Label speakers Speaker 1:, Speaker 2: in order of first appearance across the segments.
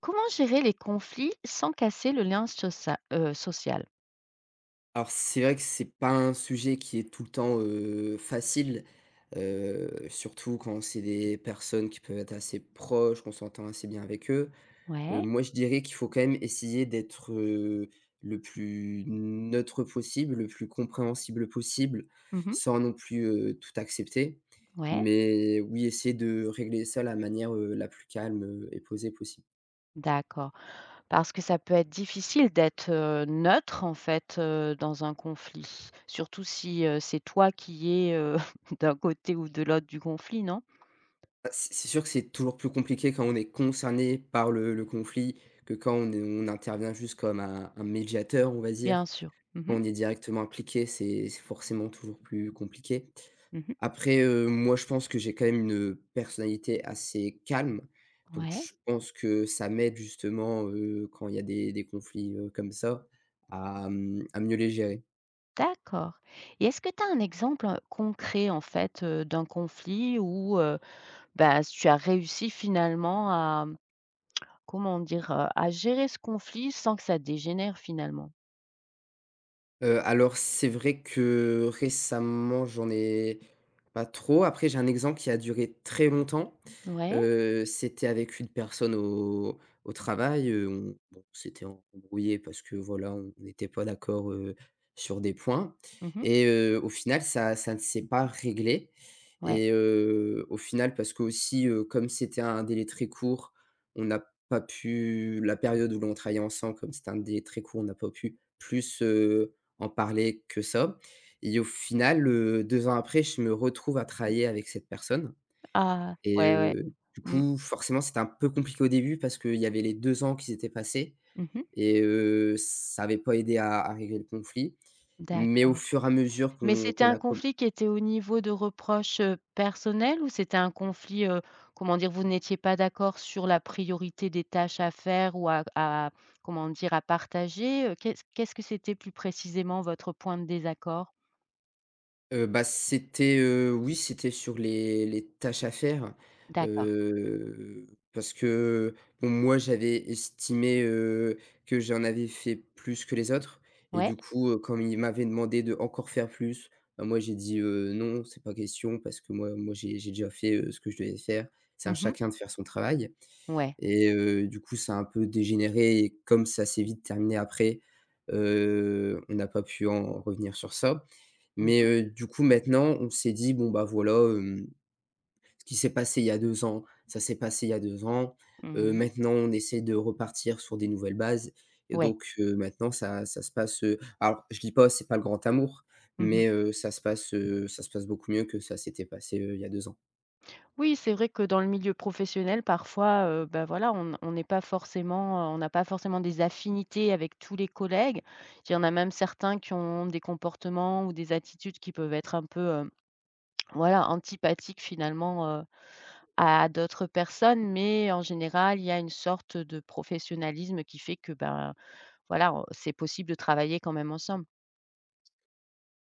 Speaker 1: Comment gérer les conflits sans casser le lien social?
Speaker 2: Alors c'est vrai que c'est pas un sujet qui est tout le temps facile, surtout quand c'est des personnes qui peuvent être assez proches, qu'on s'entend assez bien avec eux.
Speaker 1: Ouais.
Speaker 2: Moi je dirais qu'il faut quand même essayer d'être, le plus neutre possible, le plus compréhensible possible,
Speaker 1: Mmh.
Speaker 2: sans non plus, tout accepter.
Speaker 1: Ouais.
Speaker 2: Mais oui, essayer de régler ça la manière, la plus calme et posée possible.
Speaker 1: D'accord. Parce que ça peut être difficile d'être, neutre, en fait, dans un conflit. Surtout si, c'est toi qui es, d'un côté ou de l'autre du conflit, non?
Speaker 2: Bah, c'est sûr que c'est toujours plus compliqué quand on est concerné par le conflit que quand on intervient juste comme un médiateur, on va
Speaker 1: Bien
Speaker 2: dire.
Speaker 1: sûr. Mmh mh.
Speaker 2: Quand on est directement impliqué, c'est forcément toujours plus compliqué.
Speaker 1: Mmh.
Speaker 2: Après, moi, je pense que j'ai quand même une personnalité assez calme, donc
Speaker 1: Ouais,
Speaker 2: je pense que ça m'aide justement, quand il y a des conflits, comme ça, à, à mieux les gérer.
Speaker 1: d'accord. Et est-ce que tu as un exemple, concret, en fait, d'un conflit où, bah, tu as réussi finalement à — comment dire? — à gérer ce conflit sans que ça dégénère finalement.
Speaker 2: Alors c'est vrai que récemment, j'en ai pas trop. Après, j'ai un exemple qui a duré très longtemps.
Speaker 1: Ouais.
Speaker 2: C'était avec une personne au travail, on s'était embrouillés parce que voilà, on n'était pas d'accord, sur des points
Speaker 1: Mmh.
Speaker 2: et au final ça ne s'est pas réglé
Speaker 1: Ouais.
Speaker 2: et au final parce qu'aussi, comme c'était un délai très court, on n'a pas pu la période où l'on travaillait ensemble, comme c'était un délai très court, on n'a pas pu plus, en parler que ça et au final, 2 ans après, je me retrouve à travailler avec cette personne
Speaker 1: Ah,
Speaker 2: et
Speaker 1: ouais, ouais.
Speaker 2: du
Speaker 1: Mmh.
Speaker 2: coup, forcément, c'était un peu compliqué au début parce qu'il y avait les 2 ans qui s'étaient passés
Speaker 1: Mmh.
Speaker 2: et ça n'avait pas aidé à régler le conflit mais au
Speaker 1: D'accord.
Speaker 2: fur et à mesure
Speaker 1: Mais
Speaker 2: qu'on
Speaker 1: c'était
Speaker 2: qu'on
Speaker 1: un
Speaker 2: a.
Speaker 1: conflit qui était au niveau de reproches, personnels, ou c'était un conflit, comment dire? Vous n'étiez pas d'accord sur la priorité des tâches à faire ou à comment dire? — à partager, qu'est-ce que c'était plus précisément votre point de désaccord?
Speaker 2: Bah, c'était, oui, c'était sur les tâches à faire,
Speaker 1: D'accord.
Speaker 2: heu, parce que, bon, moi, j'avais estimé, que j'en avais fait plus que les autres et
Speaker 1: Ouais.
Speaker 2: du coup, comme ils m'avaient demandé de encore faire plus, bah, moi, j'ai dit: Non, c'est pas question parce que moi, j'ai déjà fait, ce que je devais faire. C'est à
Speaker 1: Mmh.
Speaker 2: chacun de faire son travail»
Speaker 1: Ouais.
Speaker 2: et du coup, ça a un peu dégénéré et comme ça s'est vite terminé après, on n'a pas pu en revenir sur ça.
Speaker 1: Mmh
Speaker 2: Mais,
Speaker 1: mh.
Speaker 2: du coup, maintenant, on s'est dit: «Bon, bah, voilà, ce qui s'est passé il y a 2 ans, ça s'est passé il y a 2 ans.
Speaker 1: Mmh.
Speaker 2: Maintenant, on essaie de repartir sur des nouvelles bases» et
Speaker 1: Ouais.
Speaker 2: donc, maintenant ça se passe, alors je dis pas, c'est pas le grand amour,
Speaker 1: Mmh.
Speaker 2: mais, ça se passe beaucoup mieux que ça s'était passé, il y a 2 ans.
Speaker 1: Oui, c'est vrai que dans le milieu professionnel, parfois, bah, voilà, on n'est pas forcément, on n'a pas forcément des affinités avec tous les collègues. Il y en a même certains qui ont des comportements ou des attitudes qui peuvent être un peu, voilà, antipathiques finalement, à d'autres personnes. Mais en général, il y a une sorte de professionnalisme qui fait que, ben, voilà, c'est possible de travailler quand même ensemble.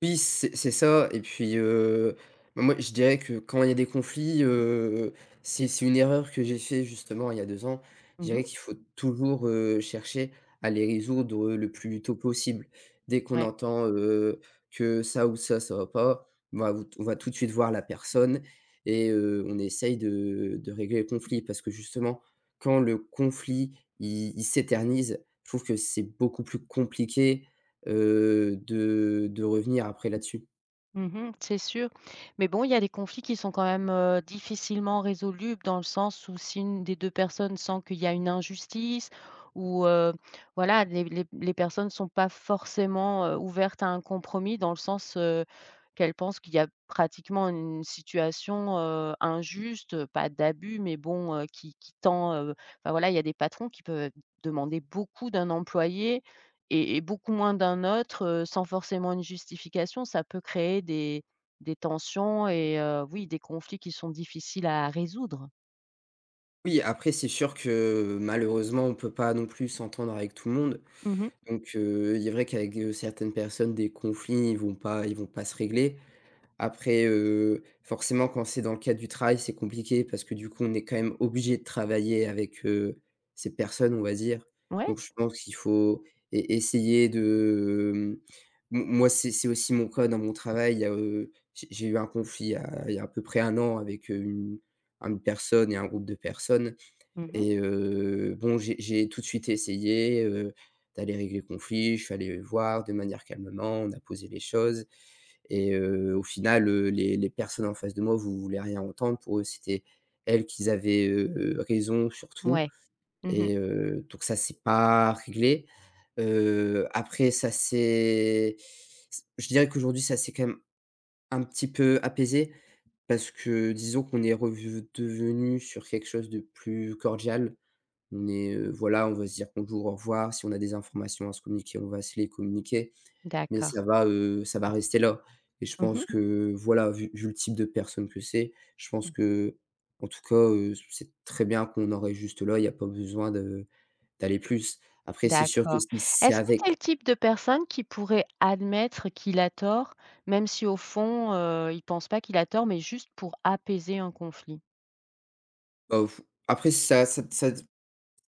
Speaker 2: Oui, c'est ça et puis, bah, moi, je dirais que quand il y a des conflits, c'est une erreur que j'ai fait justement il y a 2 ans. Je
Speaker 1: Mmh.
Speaker 2: dirais qu'il faut toujours, chercher à les résoudre, le plus tôt possible. Dès qu'on
Speaker 1: Ouais.
Speaker 2: entend, que ça ou ça, ça va pas, on va tout de suite voir la personne et on essaye de régler le conflit parce que justement, quand le conflit, il s'éternise, je trouve que c'est beaucoup plus compliqué de revenir après là-dessus.
Speaker 1: Mmh, c'est sûr. Mais bon, il y a des conflits qui sont quand même, difficilement résolubles, dans le sens où si une des 2 personnes sent qu'il y a une injustice ou, voilà, les personnes ne sont pas forcément, ouvertes à un compromis, dans le sens, qu'elles pensent qu'il y a pratiquement une situation, injuste, pas d'abus, mais bon, qui tend, enfin voilà, il y a des patrons qui peuvent demander beaucoup d'un employé et beaucoup moins d'un autre, sans forcément une justification, ça peut créer des tensions, et oui, des conflits qui sont difficiles à résoudre.
Speaker 2: Oui, après c'est sûr que malheureusement, on peut pas non plus s'entendre avec tout le monde.
Speaker 1: Mmh.
Speaker 2: Donc, il est vrai qu'avec, certaines personnes, des conflits, ils vont pas se régler. Après, forcément, quand c'est dans le cadre du travail, c'est compliqué parce que, du coup, on est quand même obligé de travailler avec, ces personnes, on va dire.
Speaker 1: Ouais.
Speaker 2: Donc je pense qu'il faut e essayer de, m moi, c'est aussi mon cas dans mon travail. Il y a, j'ai eu un conflit il y a à peu près un an avec, une personne et un groupe de personnes
Speaker 1: Mmh.
Speaker 2: et bon, j'ai tout de suite essayé, d'aller régler le conflit. Je suis allé voir de manière calmement, on a posé les choses et au final, les personnes en face de moi vous voulez rien entendre. Pour eux, c'était elles qu'ils avaient, raison surtout.
Speaker 1: Ouais. Mmh.
Speaker 2: Et donc ça, c'est pas réglé. Heu, après ça c'est, je dirais qu'aujourd'hui, ça s'est quand même un petit peu apaisé parce que disons qu'on est redevenu sur quelque chose de plus cordial. On est, voilà, on va se dire: «Bonjour, au revoir». Si on a des informations à se communiquer, on va se les communiquer. Mais
Speaker 1: D'accord.
Speaker 2: ça va rester là et je pense
Speaker 1: Mmh.
Speaker 2: que voilà, vu le type de personne que c'est, je pense
Speaker 1: Mmh.
Speaker 2: que en tout cas, c'est très bien qu'on en reste juste là, il y a pas besoin de d'aller plus. Après c'est sûr que
Speaker 1: D'accord.
Speaker 2: si c'est
Speaker 1: Est-ce que
Speaker 2: avec.
Speaker 1: tu es le type de personne qui pourrait admettre qu'il a tort, même si au fond, il pense pas qu'il a tort, mais juste pour apaiser un conflit?
Speaker 2: Bah, f- après ça ça ça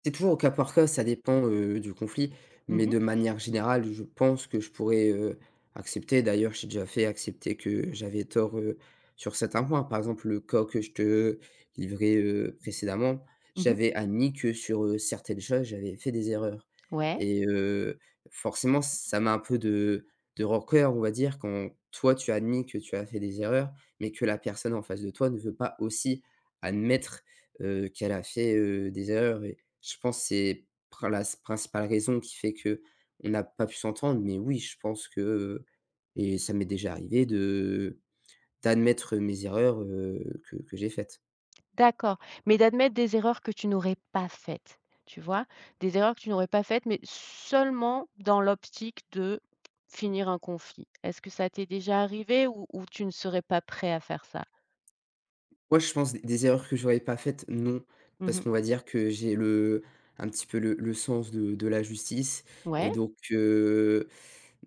Speaker 2: C'est toujours au cas par cas, ça dépend, du conflit,
Speaker 1: Mmh
Speaker 2: mais
Speaker 1: mh.
Speaker 2: de manière générale, je pense que je pourrais, accepter. D'ailleurs, j'ai déjà fait accepter que j'avais tort, sur certains points. Par exemple, le cas que je te livrais, précédemment,
Speaker 1: Mmh.
Speaker 2: j'avais admis que sur, certaines choses, j'avais fait des erreurs
Speaker 1: Ouais.
Speaker 2: et forcément, ça m'a un peu de rancœur, on va dire, quand toi, tu as admis que tu as fait des erreurs, mais que la personne en face de toi ne veut pas aussi admettre, qu'elle a fait, des erreurs. Je pense que c'est prin la principale raison qui fait que on n'a pas pu s'entendre, mais oui, je pense que, et ça m'est déjà arrivé de d'admettre mes erreurs, que j'ai faites.
Speaker 1: D'accord, mais d'admettre des erreurs que tu n'aurais pas faites, tu vois? Des erreurs que tu n'aurais pas faites, mais seulement dans l'optique de finir un conflit. Est-ce que ça t'est déjà arrivé, ou tu ne serais pas prêt à faire ça?
Speaker 2: Moi je pense des erreurs que j'aurais pas faites, non, parce
Speaker 1: Mmh.
Speaker 2: qu'on va dire que j'ai le un petit peu le sens de la justice et
Speaker 1: Ouais,
Speaker 2: donc.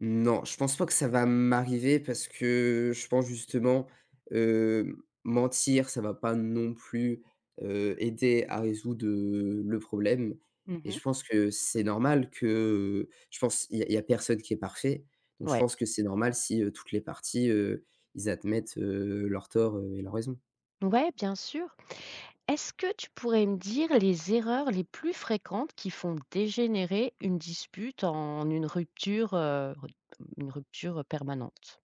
Speaker 2: Non, je pense pas que ça va m'arriver parce que je pense justement, mentir, ça va pas non plus, aider à résoudre, le problème et
Speaker 1: mmh.
Speaker 2: je pense que c'est normal que, je pense il y a personne qui est parfait, donc je
Speaker 1: Ouais.
Speaker 2: pense que c'est normal si, toutes les parties, ils admettent, leurs torts et leur raison.
Speaker 1: Ouais, bien sûr. Est-ce que tu pourrais me dire les erreurs les plus fréquentes qui font dégénérer une dispute en une rupture permanente?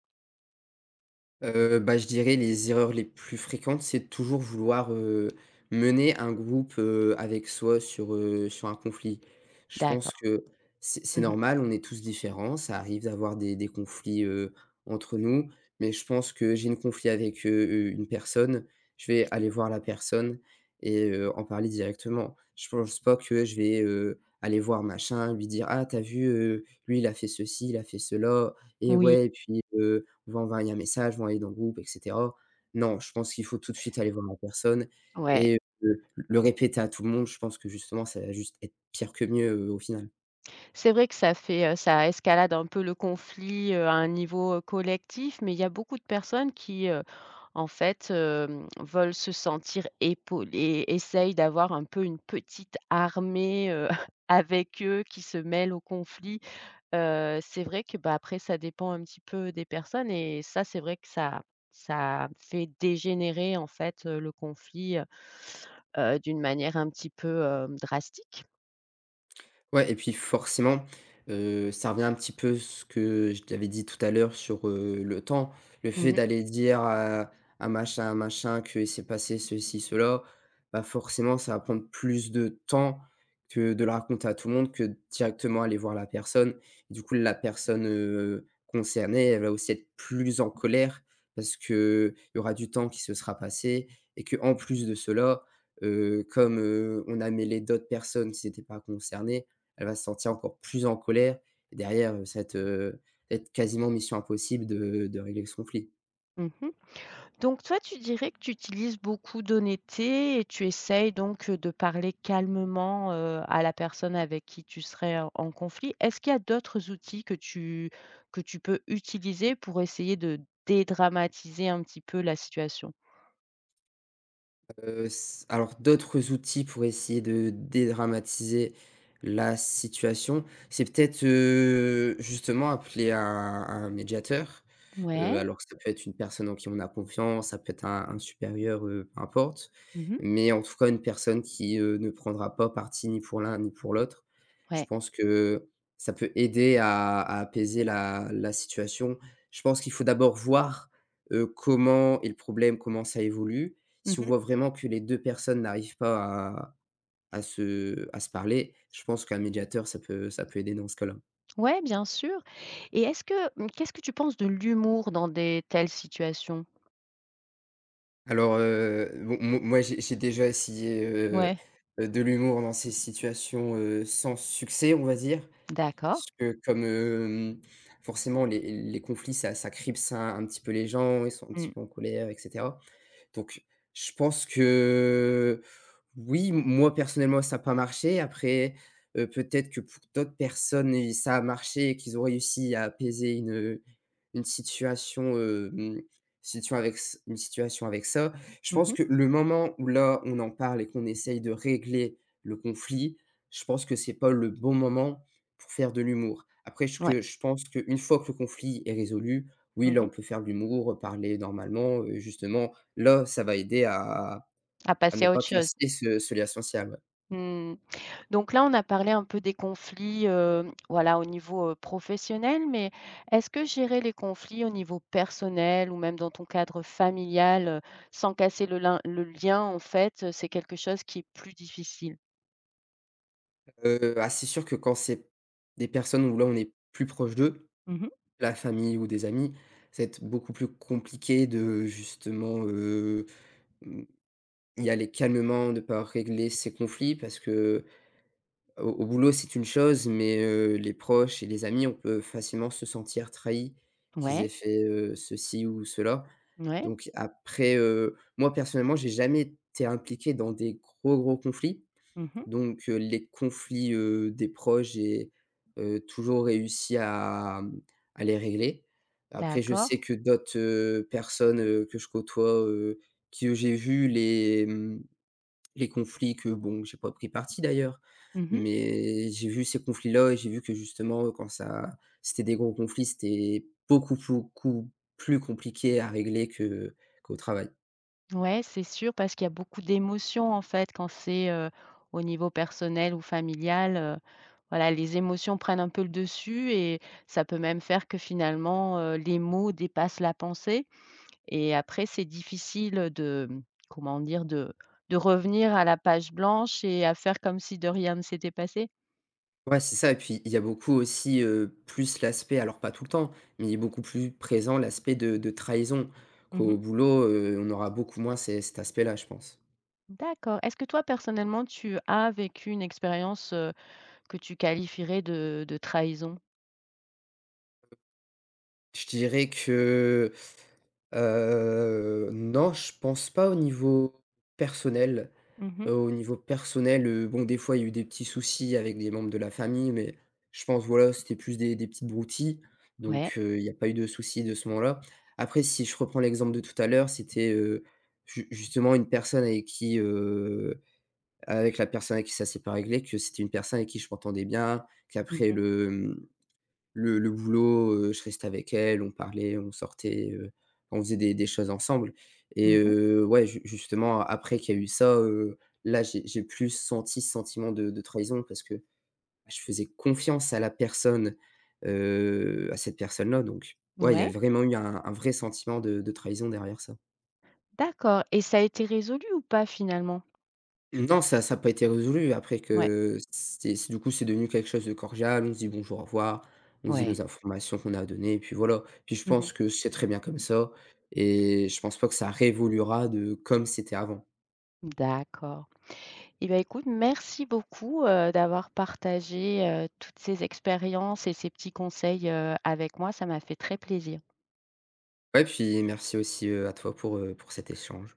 Speaker 2: Bah, je dirais les erreurs les plus fréquentes, c'est toujours vouloir, mener un groupe, avec soi sur un conflit. Je pense
Speaker 1: D'accord.
Speaker 2: que c'est
Speaker 1: Mmh.
Speaker 2: normal, on est tous différents, ça arrive d'avoir des conflits, entre nous, mais je pense que j'ai une conflit avec, une personne, je vais aller voir la personne et en parler directement. Je pense pas que je vais, aller voir machin, lui dire: «Ah t'as vu, lui il a fait ceci, il a fait cela et
Speaker 1: Oui,
Speaker 2: ouais et puis, vont envoyer un message, vont aller dans le groupe et cetera. Non, je pense qu'il faut tout de suite aller voir la personne
Speaker 1: ouais.
Speaker 2: et le répéter à tout le monde, je pense que justement ça va juste être pire que mieux, au final.
Speaker 1: C'est vrai que ça escalade un peu le conflit, à un niveau, collectif, mais il y a beaucoup de personnes qui, veulent se sentir épaulées, essayent d'avoir un peu une petite armée, avec eux qui se mêle au conflit. C'est vrai que, bah, après ça dépend un petit peu des personnes, et ça, c'est vrai que ça fait dégénérer, en fait, le conflit, d'une manière un petit peu, drastique.
Speaker 2: Ouais et puis forcément, ça revient un petit peu ce que je t'avais dit tout à l'heure sur, le temps. Le
Speaker 1: Mmh
Speaker 2: fait
Speaker 1: mh.
Speaker 2: d'aller dire à machin, à machin qu'il s'est passé ceci, cela, bah, forcément ça va prendre plus de temps que de le raconter à tout le monde, que directement aller voir la personne. Du coup la personne, concernée, elle va aussi être plus en colère parce que il y aura du temps qui se sera passé et que en plus de cela, comme, on a mêlé d'autres personnes qui n'étaient pas concernées, elle va se sentir encore plus en colère et derrière, être quasiment mission impossible de régler ce conflit.
Speaker 1: Mmh. Donc toi, tu dirais que tu utilises beaucoup d'honnêteté et tu essayes donc de parler calmement, à la personne avec qui tu serais en conflit. Est-ce qu'il y a d'autres outils que tu peux utiliser pour essayer de dédramatiser un petit peu la situation?
Speaker 2: S Alors d'autres outils pour essayer de dédramatiser la situation, c'est peut-être, justement appeler un médiateur. Mmh.
Speaker 1: Ouais.
Speaker 2: Alors que ça peut être une personne en qui on a confiance, ça peut être un supérieur, peu importe.
Speaker 1: Mmh.
Speaker 2: Mais en tout cas une personne qui, ne prendra pas parti ni pour l'un ni pour l'autre. Je
Speaker 1: Ouais.
Speaker 2: pense que ça peut aider à apaiser la situation. Je pense qu'il faut d'abord voir, comment est le problème, comment ça évolue. Si on
Speaker 1: Mmh.
Speaker 2: voit vraiment que les 2 personnes n'arrivent pas à se parler, je pense qu'un médiateur, ça peut aider dans ce cas-là.
Speaker 1: Ouais, bien sûr. Et est-ce que, mmh, qu'est-ce que tu penses de l'humour dans des telles situations?
Speaker 2: Alors, bon, mo moi, j'ai déjà essayé,
Speaker 1: Ouais,
Speaker 2: de l'humour dans ces situations, sans succès, on va dire.
Speaker 1: d'accord.
Speaker 2: Parce que comme, forcément les conflits, ça cripse un petit peu les gens, ils sont un petit
Speaker 1: Mmh.
Speaker 2: peu en colère etc. Donc je pense que oui, moi personnellement ça n'a pas marché. Après, peut-être que pour d'autres personnes et ça a marché et qu'ils ont réussi à apaiser une situation, situation avec ç une situation avec ça. Je pense
Speaker 1: Mmh.
Speaker 2: que le moment où là, on en parle et qu'on essaye de régler le conflit, je pense que c'est pas le bon moment pour faire de l'humour. Après ce
Speaker 1: Ouais.
Speaker 2: que je pense qu'une fois que le conflit est résolu, oui, là
Speaker 1: Mmh.
Speaker 2: on peut faire de l'humour, parler normalement, justement là, ça va aider à
Speaker 1: À
Speaker 2: à
Speaker 1: passer
Speaker 2: ne
Speaker 1: à
Speaker 2: pas
Speaker 1: autre chose.
Speaker 2: casser ce lien social, ouais.
Speaker 1: Mmh. Donc là, on a parlé un peu des conflits, voilà, au niveau, professionnel, mais est-ce que gérer les conflits au niveau personnel ou même dans ton cadre familial, sans casser le lien, en fait, c'est quelque chose qui est plus difficile?
Speaker 2: Ah, c'est sûr que quand c'est des personnes où là, on est plus proche d'eux,
Speaker 1: Mmh.
Speaker 2: la famille ou des amis, ça va être beaucoup plus compliqué de justement, mmh, y aller calmement, de pas régler ces conflits parce que au boulot, c'est une chose, mais les proches et les amis, on peut facilement se sentir trahi qu'ils
Speaker 1: Ouais,
Speaker 2: aient fait, ceci ou cela.
Speaker 1: ouais.
Speaker 2: Donc après, moi personnellement, j'ai jamais été impliqué dans des gros, gros conflits.
Speaker 1: Mmh.
Speaker 2: Donc, les conflits, des proches, j'ai toujours réussi à à les régler. Après, je
Speaker 1: D'accord.
Speaker 2: sais que d'autres, personnes, que je côtoie, j'ai vu les conflits que bon, j'ai pas pris parti d'ailleurs,
Speaker 1: Mmh.
Speaker 2: mais j'ai vu ces conflits-là et j'ai vu que justement, quand ça c'était des gros conflits, c'était beaucoup, beaucoup plus compliqué à régler que qu'au travail.
Speaker 1: Ouais, c'est sûr, parce qu'il y a beaucoup d'émotions, en fait, quand c'est, au niveau personnel ou familial, voilà, les émotions prennent un peu le dessus, et ça peut même faire que finalement, les mots dépassent la pensée, et après c'est difficile, de, comment dire? De revenir à la page blanche et à faire comme si de rien ne s'était passé?
Speaker 2: Ouais, c'est ça et puis il y a beaucoup aussi, plus l'aspect alors pas tout le temps, mais il est beaucoup plus présent l'aspect de trahison, qu'au
Speaker 1: Mmh.
Speaker 2: boulot, on aura beaucoup moins ces cet aspect-là, je pense.
Speaker 1: D'accord. Est-ce que toi, personnellement, tu as vécu une expérience, que tu qualifierais de trahison?
Speaker 2: Je dirais que, non, je pense pas au niveau personnel.
Speaker 1: Mmh mh.
Speaker 2: Au niveau personnel, bon, des fois, il y a eu des petits soucis avec des membres de la famille, mais je pense, voilà, c'était plus des petites broutilles,
Speaker 1: Ouais.
Speaker 2: donc il n'y a pas eu de soucis de ce moment-là. Après, si je reprends l'exemple de tout à l'heure, c'était, ju justement une personne avec qui, avec la personne avec qui ça s'est pas réglé, que c'était une personne avec qui je m'entendais bien,
Speaker 1: Mmh
Speaker 2: qu'après
Speaker 1: mh.
Speaker 2: le le boulot, je restais avec elle, on parlait, on sortait, on faisait des choses ensemble et
Speaker 1: Mmh.
Speaker 2: ouais, ju justement après qu'il y a eu ça, là, j'ai plus senti ce sentiment de trahison parce que je faisais confiance à la personne, à cette personne-là donc ouais, il y a
Speaker 1: Ouais.
Speaker 2: vraiment eu un vrai sentiment de trahison derrière ça.
Speaker 1: D'accord. Et ça a été résolu ou pas finalement?
Speaker 2: Non, ça a pas été résolu après
Speaker 1: Ouais,
Speaker 2: que c'est du coup, c'est devenu quelque chose de cordial. On se dit: «Bonjour, au revoir». On se dit
Speaker 1: ouais.
Speaker 2: nos informations qu'on a données et puis voilà. Puis je
Speaker 1: Mmh.
Speaker 2: pense que c'est très bien comme ça et je pense pas que ça révoluera de comme c'était avant.
Speaker 1: D'accord. Et bah, écoute, merci beaucoup, d'avoir partagé, toutes ces expériences et ces petits conseils, avec moi. Ça m'a fait très plaisir.
Speaker 2: Ouais, puis merci aussi, à toi pour cet échange.